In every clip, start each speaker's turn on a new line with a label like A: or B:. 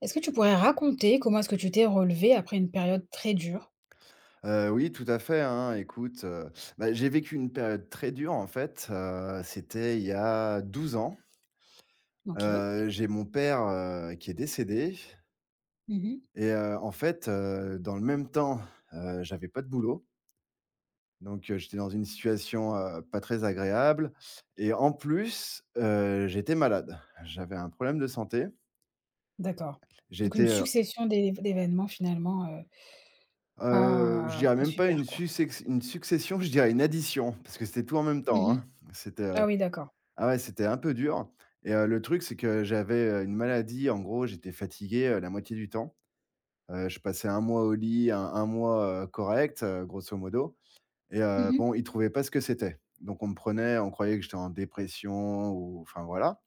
A: Est-ce que tu pourrais raconter comment est-ce que tu t'es relevé après une période très dure?
B: Oui, tout à fait, hein. Écoute, bah, j'ai vécu une période très dure, en fait, c'était il y a 12 ans.
A: OK.
B: J'ai mon père, qui est décédé
A: Mmh.
B: et en fait, dans le même temps, j'avais pas de boulot, donc j'étais dans une situation, pas très agréable et en plus, j'étais malade. J'avais un problème de santé.
A: D'accord. Donc
B: J'étais,
A: une
B: heu
A: succession d'événements finalement,
B: je
A: pas
B: dirais même pas
A: super quoi.
B: une succession, je dirais une addition parce que c'était tout en même temps, hein.
A: Mmh.
B: C'était,
A: Ah oui, d'accord.
B: Ah ouais, c'était un peu dur et le truc, c'est que j'avais, une maladie. En gros, j'étais fatigué, la moitié du temps. Je passais un mois au lit, un 1 mois, correct, grosso modo et
A: Mmh
B: bon, ils trouvaient pas ce que c'était. Donc on me prenait, on croyait que j'étais en dépression ou enfin, voilà.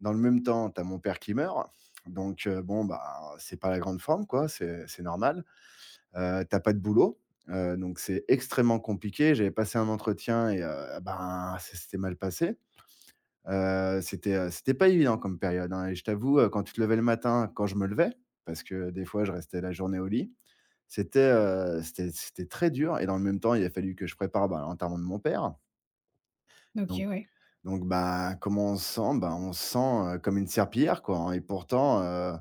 B: Dans le même temps, tu as mon père qui meurt. Donc bon, bah, c'est pas la grande forme, quoi, c'est normal. Tu pas de boulot, donc c'est extrêmement compliqué. J'avais passé un entretien et ben, ça s'était mal passé. C'était pas évident comme période, hein et je t'avoue, quand tu te levais le matin, quand je me levais, parce que des fois je restais la journée au lit, c'était très dur et dans le même temps, il a fallu que je prépare, bah, l'enterrement de mon père.
A: mh.
B: Donc
A: OK, ouais.
B: donc bah, comment on se sent? Bah, on se sent, comme une serpillière, quoi, hein et pourtant,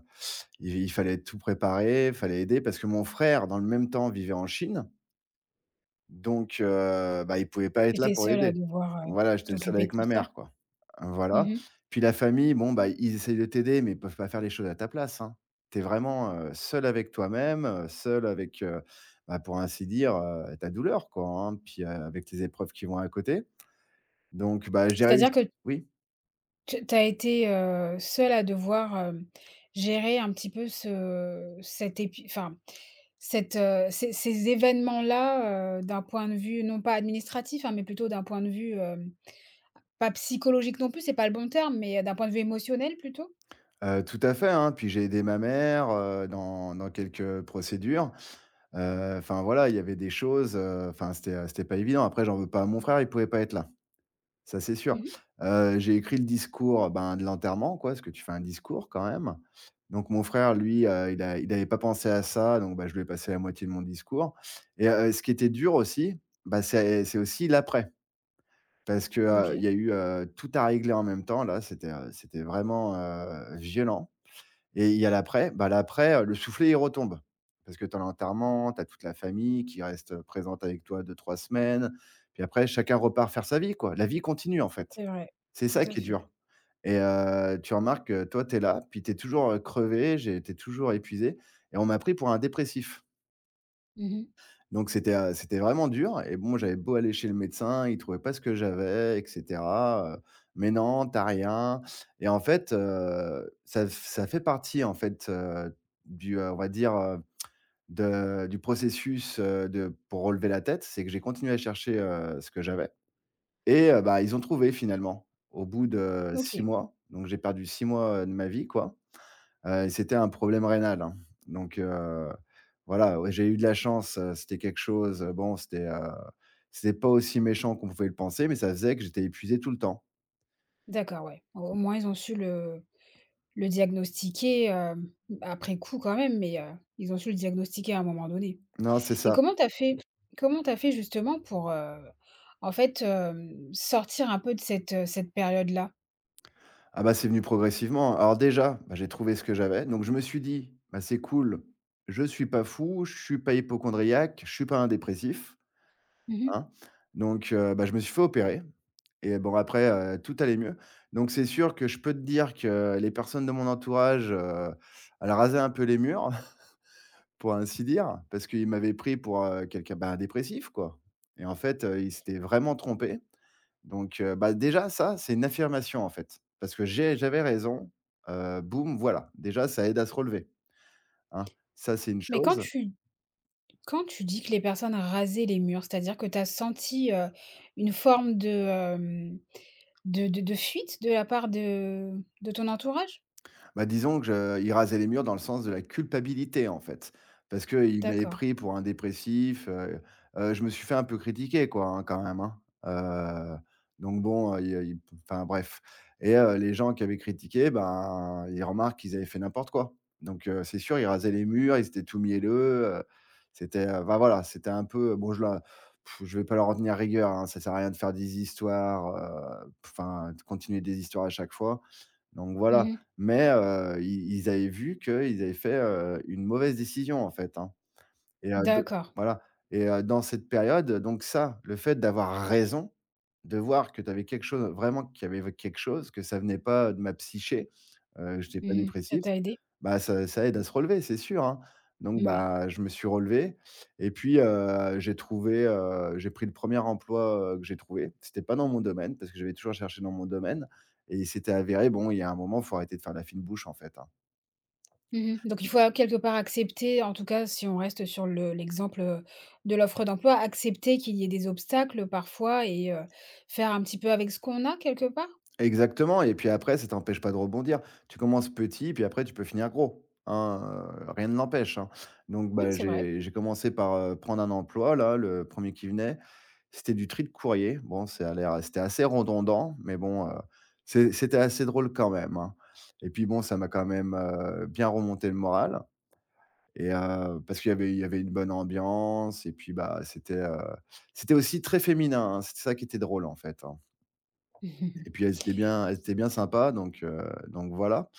B: il fallait tout préparer, fallait aider parce que mon frère, dans le même temps, vivait en Chine donc bah, il pouvait pas
A: Tu
B: être là
A: étais
B: pour
A: seule à
B: aider.
A: devoir,
B: Voilà, j'étais le seul
A: t'occuper de
B: avec
A: tout
B: ma
A: ça?
B: mère, quoi. Voilà.
A: Mmh.
B: Puis la famille, bon, bah, ils essayent de t'aider, mais ils peuvent pas faire les choses à ta place, hein. Tu es vraiment, seul avec toi-même, seul avec, bah, pour ainsi dire, ta douleur, quoi, hein, puis, avec les épreuves qui vont à côté. Donc bah, j'ai
A: C'est-à-dire
B: réussi.
A: que
B: Oui,
A: tu as été, seule à devoir, gérer un petit peu ce cet épi enfin, cette, ces événements-là, d'un point de vue non pas administratif, hein, mais plutôt d'un point de vue, hem pas psychologique non plus, c'est pas le bon terme, mais d'un point de vue émotionnel plutôt?
B: tout à fait, hein, puis j'ai aidé ma mère, dans quelques procédures. Enfin voilà, il y avait des choses, enfin, c'était pas évident. Après, j'en veux pas à mon frère, il pouvait pas être là. Ça, c'est sûr.
A: Mmh mh.
B: J'ai écrit le discours, ben, de l'enterrement, quoi, parce que tu fais un discours quand même. Donc mon frère, lui, il avait pas pensé à ça, donc bah, je lui ai passé la moitié de mon discours et ce qui était dur aussi, bah, c'est aussi l'après. Parce que, il y
A: OK.
B: a eu, tout à régler en même temps là, c'était vraiment, violent et il y a l'après. Bah, l'après, le soufflet, il retombe. Parce que tu as l'enterrement, tu as toute la famille qui reste, présente avec toi 2 3 semaines. Puis après, chacun repart faire sa vie, quoi. La vie continue, en fait.
A: C'est vrai,
B: C'est
A: tout
B: ça
A: à
B: qui est
A: fait.
B: dur et tu remarques que toi, tu es là, puis tu es toujours, crevé, j'ai tu toujours épuisé et on m'a pris pour un dépressif.
A: Mmh mh.
B: Donc c'était vraiment dur et bon, j'avais beau aller chez le médecin, il trouvait pas ce que j'avais et cetera: «Mais non, t'as rien» et en fait, ça fait partie, en fait, du, on va dire, de du processus, de pour relever la tête, c'est que j'ai continué à chercher, ce que j'avais et bah, ils ont trouvé finalement, au bout de 6
A: OK,
B: mois. Donc j'ai perdu 6 mois, de ma vie, quoi, et c'était un problème rénal, hein. Donc voilà, ouais, j'ai eu de la chance, c'était quelque chose, bon, c'était pas aussi méchant qu'on pouvait le penser, mais ça faisait que j'étais épuisé tout le temps.
A: d'accord, ouais. Au moins ils ont su le diagnostiquer, après coup quand même, mais ils ont su le diagnostiquer à un moment donné.
B: Non, c'est
A: Et
B: ça.
A: comment tu as fait justement pour, en fait, sortir un peu de cette, cette période-là?
B: Ah bah, c'est venu progressivement. Alors déjà, bah, j'ai trouvé ce que j'avais, donc je me suis dit: «Bah, c'est cool, je suis pas fou, je suis pas hypochondriaque. Je suis pas un dépressif»,
A: Mmh mh.
B: hein. Donc bah, je me suis fait opérer. Et bon après, tout allait mieux. Donc c'est sûr que je peux te dire que les personnes de mon entourage, elles rasaient un peu les murs, pour ainsi dire, parce qu'ils m'avaient pris pour, quelqu'un, bah, dépressif quoi. Et en fait, ils s'étaient vraiment trompés. Donc, bah, déjà ça, c'est une affirmation en fait, parce que j'avais raison, boum, voilà. Déjà ça aide à se relever, hein. Ça c'est une
A: Mais quand
B: chose.
A: tu quand tu dis que les personnes rasaient les murs, c'est-à-dire que tu as senti, une forme de, de fuite de la part de ton entourage?
B: Bah, disons que je il rasait les murs dans le sens de la culpabilité, en fait. Parce qu'il m'avait
A: D'accord.
B: pris pour un dépressif, je me suis fait un peu critiquer, quoi, hein, quand même, hein. Heu, donc bon, il enfin bref. Et les gens qui avaient critiqué, ben, ils remarquent qu'ils avaient fait n'importe quoi. Donc c'est sûr, ils rasaient les murs, ils étaient tout mielleux, heu, enfin voilà, c'était un peu, bon, je vais pas leur en tenir rigueur, hein, ça sert à rien de faire des histoires, enfin de continuer des histoires à chaque fois. Donc voilà,
A: Mmh.
B: mais ils avaient vu qu'ils avaient fait, une mauvaise décision, en fait, hein et de
A: D'accord.
B: voilà. Et dans cette période, donc ça, le fait d'avoir raison, de voir que tu avais quelque chose vraiment qu'il y avait quelque chose, que ça venait pas de ma psyché, je n'étais pas
A: Mmh. Ça
B: dépressif,
A: t'a aidé?
B: bah, ça aide à se relever, c'est sûr, hein. Donc
A: Ouais.
B: bah, je me suis relevé et puis, j'ai pris le premier emploi, que j'ai trouvé. C'était pas dans mon domaine parce que j'avais toujours cherché dans mon domaine et il s'était avéré, bon, il y a un moment, faut arrêter de faire la fine bouche, en fait, hein.
A: Mmh. Donc il faut, quelque part accepter, en tout cas si on reste sur le l'exemple, de l'offre d'emploi, accepter qu'il y ait des obstacles parfois et faire un petit peu avec ce qu'on a quelque part?
B: Exactement et puis après, ça t'empêche pas de rebondir. Tu commences petit, puis après tu peux finir gros, hein, rien ne l'empêche, hein. Donc
A: Mmh,
B: bah,
A: c'est vrai.
B: j'ai commencé par, prendre un emploi là, le premier qui venait. C'était du tri de courrier. Bon, c'est à l'air c'était assez redondant, mais bon, c'était assez drôle quand même, hein. Et puis bon, ça m'a quand même, bien remonté le moral et parce qu'il y avait une bonne ambiance et puis bah, c'était aussi très féminin, hein. C'était ça qui était drôle en fait, hein. Et puis elles étaient bien sympas donc voilà.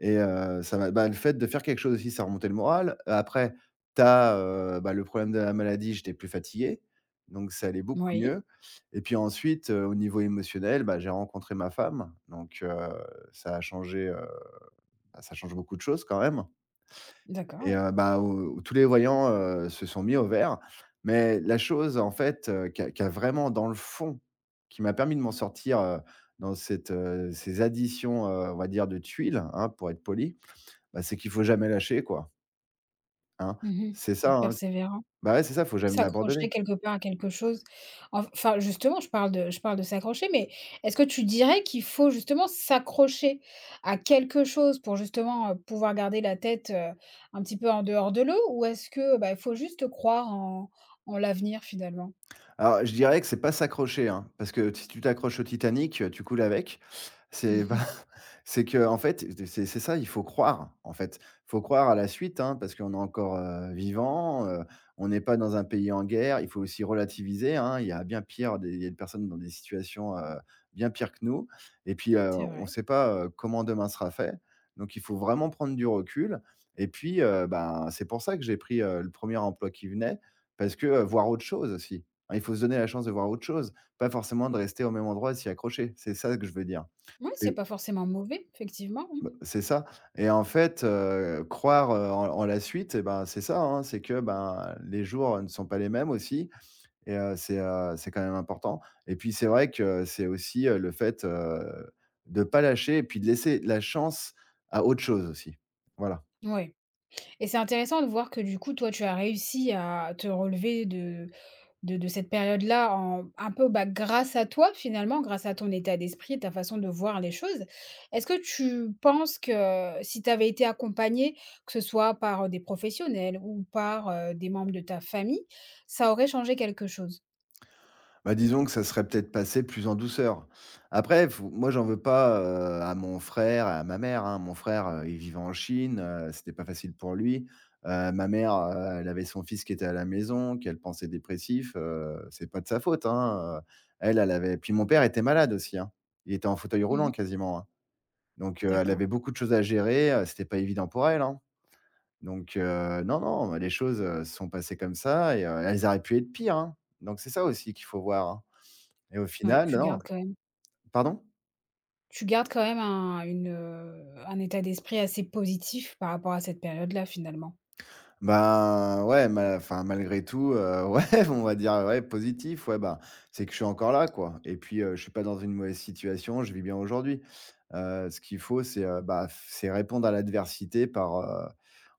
B: Et ça m'a bah, le fait de faire quelque chose aussi, ça remontait le moral. Après, tu as, bah, le problème de la maladie, j'étais plus fatigué, donc ça allait beaucoup
A: Oui,
B: mieux et puis ensuite, au niveau émotionnel, bah, j'ai rencontré ma femme, donc ça a changé, bah, ça change beaucoup de choses quand même.
A: d'accord,
B: Et
A: oui.
B: bah, au tous les voyants, se sont mis au vert. Mais la chose en fait, qui a vraiment dans le fond, qui m'a permis de m'en sortir, dans ces additions, on va dire de tuiles, hein, pour être poli, bah, c'est qu'il faut jamais lâcher quoi, hein.
A: Mmh.
B: C'est ça,
A: Être
B: hein,
A: persévérant.
B: bah, ouais, c'est ça, faut jamais
A: S'accrocher
B: abandonner.
A: quelque part à quelque chose. Enfin, justement, je parle de s'accrocher, mais est-ce que tu dirais qu'il faut justement s'accrocher à quelque chose pour justement, pouvoir garder la tête, un petit peu en dehors de l'eau? Ou est-ce que, bah, il faut juste croire en l'avenir finalement?
B: Alors, je dirais que c'est pas s'accrocher, hein, parce que si tu t'accroches au Titanic, tu coules avec. C'est pas
A: Mmh.
B: c'est qu'en fait, c'est ça, il faut croire, en fait. Faut croire à la suite, hein, parce qu'on est encore, vivant, on n'est pas dans un pays en guerre. Il faut aussi relativiser, hein. Il y a bien pire des il y a des personnes dans des situations, bien pires que nous et puis,
A: C'est
B: on ne
A: vrai.
B: sait pas, comment demain sera fait. Donc il faut vraiment prendre du recul et puis, ben, c'est pour ça que j'ai pris, le premier emploi qui venait, parce que, voir autre chose aussi. Hein. Il faut se donner la chance de voir autre chose, pas forcément de rester au même endroit et s'y accrocher. C'est ça que je veux dire.
A: Ouais, c'est
B: C'est
A: pas forcément mauvais, effectivement, mmh.
B: bah, c'est ça et en fait, croire, en la suite et ben, c'est ça, hein, c'est que, ben, les jours ne sont pas les mêmes aussi et c'est quand même important et puis c'est vrai que c'est aussi, le fait, de pas lâcher et puis de laisser la chance à autre chose aussi. Voilà.
A: Ouais, et c'est intéressant de voir que du coup, toi, tu as réussi à te relever de cette période-là en un peu, bah, grâce à toi finalement, grâce à ton état d'esprit, ta façon de voir les choses. Est-ce que tu penses que si tu avais été accompagné que ce soit par, des professionnels ou par, des membres de ta famille, ça aurait changé quelque chose?
B: Disons que ça serait peut-être passé plus en douceur. Après, faut moi, j'en veux pas, à mon frère, à ma mère, hein. Mon frère, il vivait en Chine, c'était pas facile pour lui. Ma mère, elle avait son fils qui était à la maison, qu'elle pensait dépressif, c'est pas de sa faute, hein. Elle, elle avait puis mon père était malade aussi, hein. Il était en fauteuil roulant
A: Mmh.
B: quasiment, hein. Donc, elle
A: D'accord,
B: avait beaucoup de choses à gérer, c'était pas évident pour elle, hein. Donc, non, non, les choses, se sont passées comme ça et elles auraient pu être pires, hein. Donc c'est ça aussi qu'il faut voir, hein. Et au
A: ouais,
B: final,
A: tu gardes
B: non.
A: quand même
B: Pardon?
A: un un état d'esprit assez positif par rapport à cette période-là finalement?
B: Ben, ouais, ma enfin, malgré tout, ouais, on va dire, ouais, positif, ouais, bah, c'est que je suis encore là, quoi et puis, je suis pas dans une mauvaise situation, je vis bien aujourd'hui. Ce qu'il faut, c'est, bah, f c'est répondre à l'adversité par,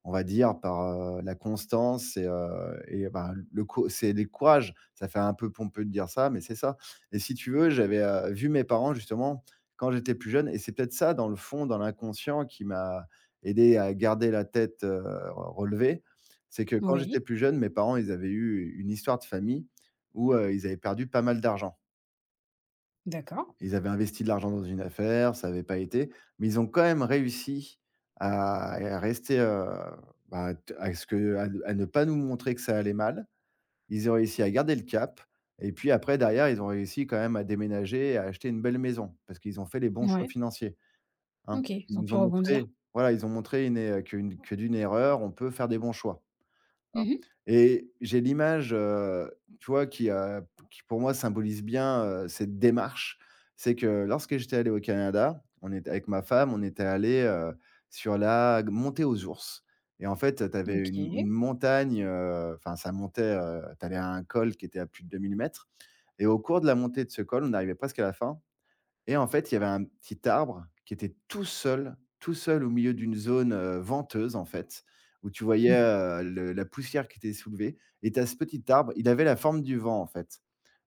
B: on va dire, par, la constance et bah le cou c'est du courage. Ça fait un peu pompeux de dire ça, mais c'est ça et si tu veux, j'avais, vu mes parents, justement, quand j'étais plus jeune et c'est peut-être ça, dans le fond, dans l'inconscient, qui m'a aidé à garder la tête, relevée. C'est que quand
A: Oui,
B: j'étais plus jeune, mes parents, ils avaient eu une histoire de famille où, ils avaient perdu pas mal d'argent.
A: d'accord,
B: Ils avaient investi de l'argent dans une affaire, ça n'avait pas été, mais ils ont quand même réussi à rester, t à ce que à ne pas nous montrer que ça allait mal. Ils ont réussi à garder le cap et puis après derrière, ils ont réussi quand même à déménager et à acheter une belle maison parce qu'ils ont fait les bons choix
A: ouais.
B: financiers, hein.
A: OK,
B: Ils
A: ils ont
B: nous
A: pu
B: ont
A: rebondir.
B: montré, voilà, ils ont montré une é qu'une que d'une erreur, on peut faire des bons choix. Hein
A: Mmh.
B: et j'ai l'image, tu vois, qui pour moi symbolise bien, cette démarche. C'est que lorsque j'étais allé au Canada, on était avec ma femme, on était allé sur la montée aux ours et en fait, tu avais une
A: OK.
B: une montagne, enfin ça montait, tu allais à un col qui était à plus de 2 000 mètres et au cours de la montée de ce col, on arrivait presque à la fin et en fait, il y avait un petit arbre qui était tout seul au milieu d'une zone, venteuse en fait, où tu voyais, le la poussière qui était soulevée et tu as ce petit arbre, il avait la forme du vent en fait,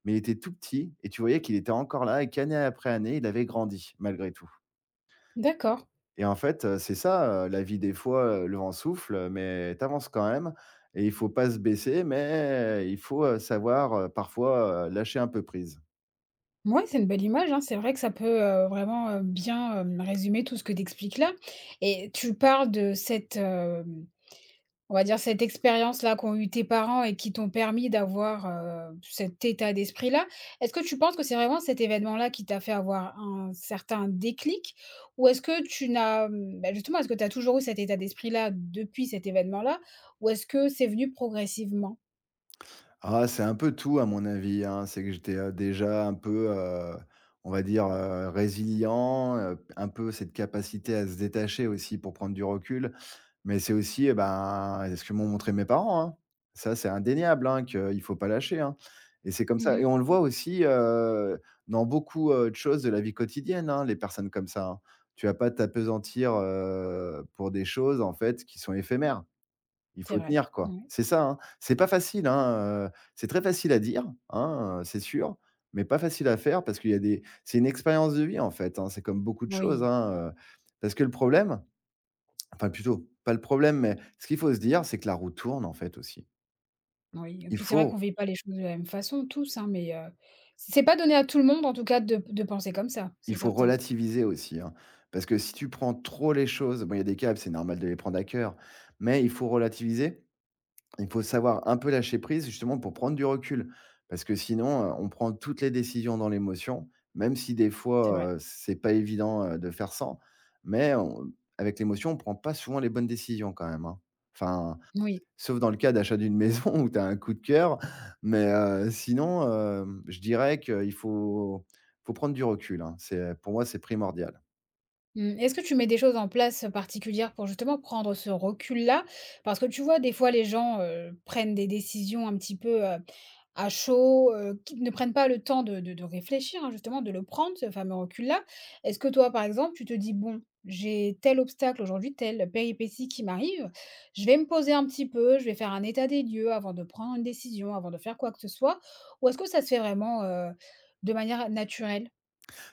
B: mais il était tout petit et tu voyais qu'il était encore là et qu'année après année, il avait grandi malgré tout.
A: D'accord.
B: Et en fait, c'est ça, la vie des fois, le vent souffle, mais tu avances quand même et il faut pas se baisser, mais il faut, savoir, parfois, lâcher un peu prise.
A: Mouais, c'est une belle image, hein. C'est vrai que ça peut, vraiment, bien, résumer tout ce que tu expliques là, et tu parles de cette, on va dire, cette expérience-là qu'ont eu tes parents et qui t'ont permis d'avoir, cet état d'esprit-là. Est-ce que tu penses que c'est vraiment cet événement-là qui t'a fait avoir un certain déclic? Ou est-ce que tu n'as, mmh, bah, justement, est-ce que tu as toujours eu cet état d'esprit-là depuis cet événement-là? Ou est-ce que c'est venu progressivement?
B: Ah, c'est un peu tout à mon avis, hein. C'est que j'étais, déjà un peu, on va dire, résilient, un peu cette capacité à se détacher aussi pour prendre du recul. Mais c'est aussi, ben, ce que m'ont montré mes parents, hein. Ça, c'est indéniable, hein, qu'il faut pas lâcher, hein. Et c'est comme ça et
A: Mmh.
B: on le voit aussi, dans beaucoup, de choses de la vie quotidienne, hein, les personnes comme ça, hein. Tu vas pas t'apesantir pour des choses, en fait, qui sont éphémères. Il
A: C'est
B: faut
A: vrai,
B: tenir, quoi.
A: ouais.
B: C'est ça, hein. C'est pas facile, hein, c'est très facile à dire, hein, c'est sûr, mais pas facile à faire parce qu'il y a des c'est une expérience de vie, en fait, hein. C'est comme beaucoup de choses,
A: Oui.
B: hein, parce que le problème enfin, plutôt, pas le problème, mais ce qu'il faut se dire, c'est que la roue tourne, en fait, aussi.
A: Oui, et
B: Il
A: puis c'est vrai qu'on
B: faut
A: vit pas les choses de la même façon tous, hein, mais c'est pas donné à tout le monde en tout cas de penser comme ça, c'est
B: il faut
A: certain.
B: relativiser aussi, hein, parce que si tu prends trop les choses bon, il y a des câbles, c'est normal de les prendre à cœur, mais il faut relativiser. Il faut savoir un peu lâcher prise justement pour prendre du recul. Parce que sinon, on prend toutes les décisions dans l'émotion, même si des
A: C'est vrai.
B: fois, c'est pas évident, de faire sans. Mais on avec l'émotion, on prend pas souvent les bonnes décisions quand même, hein. Enfin,
A: Oui.
B: sauf dans le cas d'achat d'une maison où tu as un coup de cœur. Mais, sinon, je dirais qu'il faut prendre du recul, hein. C'est, pour moi, c'est primordial.
A: Mmh, est-ce que tu mets des choses en place, particulières pour justement prendre ce recul-là? Parce que tu vois, des fois les gens, prennent des décisions un petit peu, à chaud, qui ne prennent pas le temps de réfléchir, hein, justement, de le prendre, ce fameux recul-là. Est-ce que toi, par exemple, tu te dis: «Bon, j'ai tel obstacle aujourd'hui, telle péripétie qui m'arrive, je vais me poser un petit peu, je vais faire un état des lieux avant de prendre une décision, avant de faire quoi que ce soit», ou est-ce que ça se fait vraiment, de manière naturelle?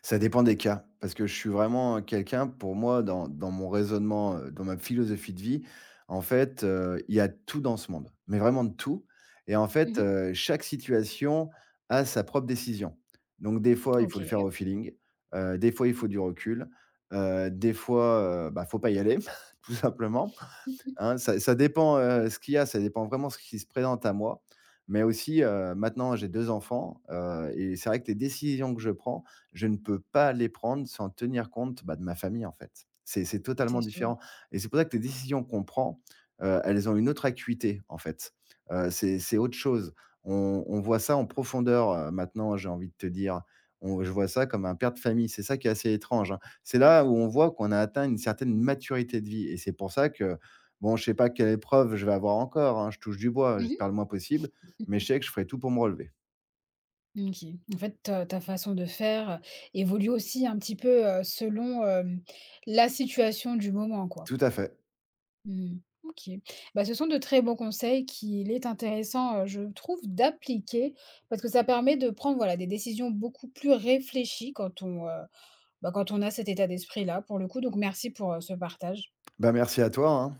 B: Ça dépend des cas, parce que je suis vraiment quelqu'un, pour moi, dans mon raisonnement, dans ma philosophie de vie, en fait, il y a tout dans ce monde, mais vraiment de tout et en fait,
A: Mmh.
B: chaque situation a sa propre décision. Donc des fois,
A: Mmh,
B: il faut le faire
A: OK.
B: au feeling, des fois, il faut du recul, des fois, bah, faut pas y aller, tout simplement.
A: Mmh.
B: Hein, ça dépend, ce qu'il y a, ça dépend vraiment ce qui se présente à moi, mais aussi, maintenant j'ai 2 enfants, et c'est vrai que les décisions que je prends, je ne peux pas les prendre sans tenir compte, bah, de ma famille, en fait. C'est totalement
A: C'est sûr.
B: différent et c'est pour ça que les décisions qu'on prend, elles ont une autre acuité, en fait. C'est autre chose. On voit ça en profondeur, maintenant, j'ai envie de te dire. On Je vois ça comme un père de famille, c'est ça qui est assez étrange, hein. C'est là où on voit qu'on a atteint une certaine maturité de vie et c'est pour ça que, bon, je sais pas quelle épreuve je vais avoir encore, hein, je touche du bois, j'espère
A: Mh.
B: le moins possible, mais je sais que je ferai tout pour me relever.
A: Mmh. OK. En fait, ta façon de faire, évolue aussi un petit peu, selon, la situation du moment, quoi.
B: Tout à fait.
A: Mmh. OK. Bah, ce sont de très bons conseils qu'il est intéressant, je trouve, d'appliquer parce que ça permet de prendre, voilà, des décisions beaucoup plus réfléchies quand on, bah, quand on a cet état d'esprit-là, pour le coup. Donc merci pour, ce partage.
B: Bah, merci à toi, hein.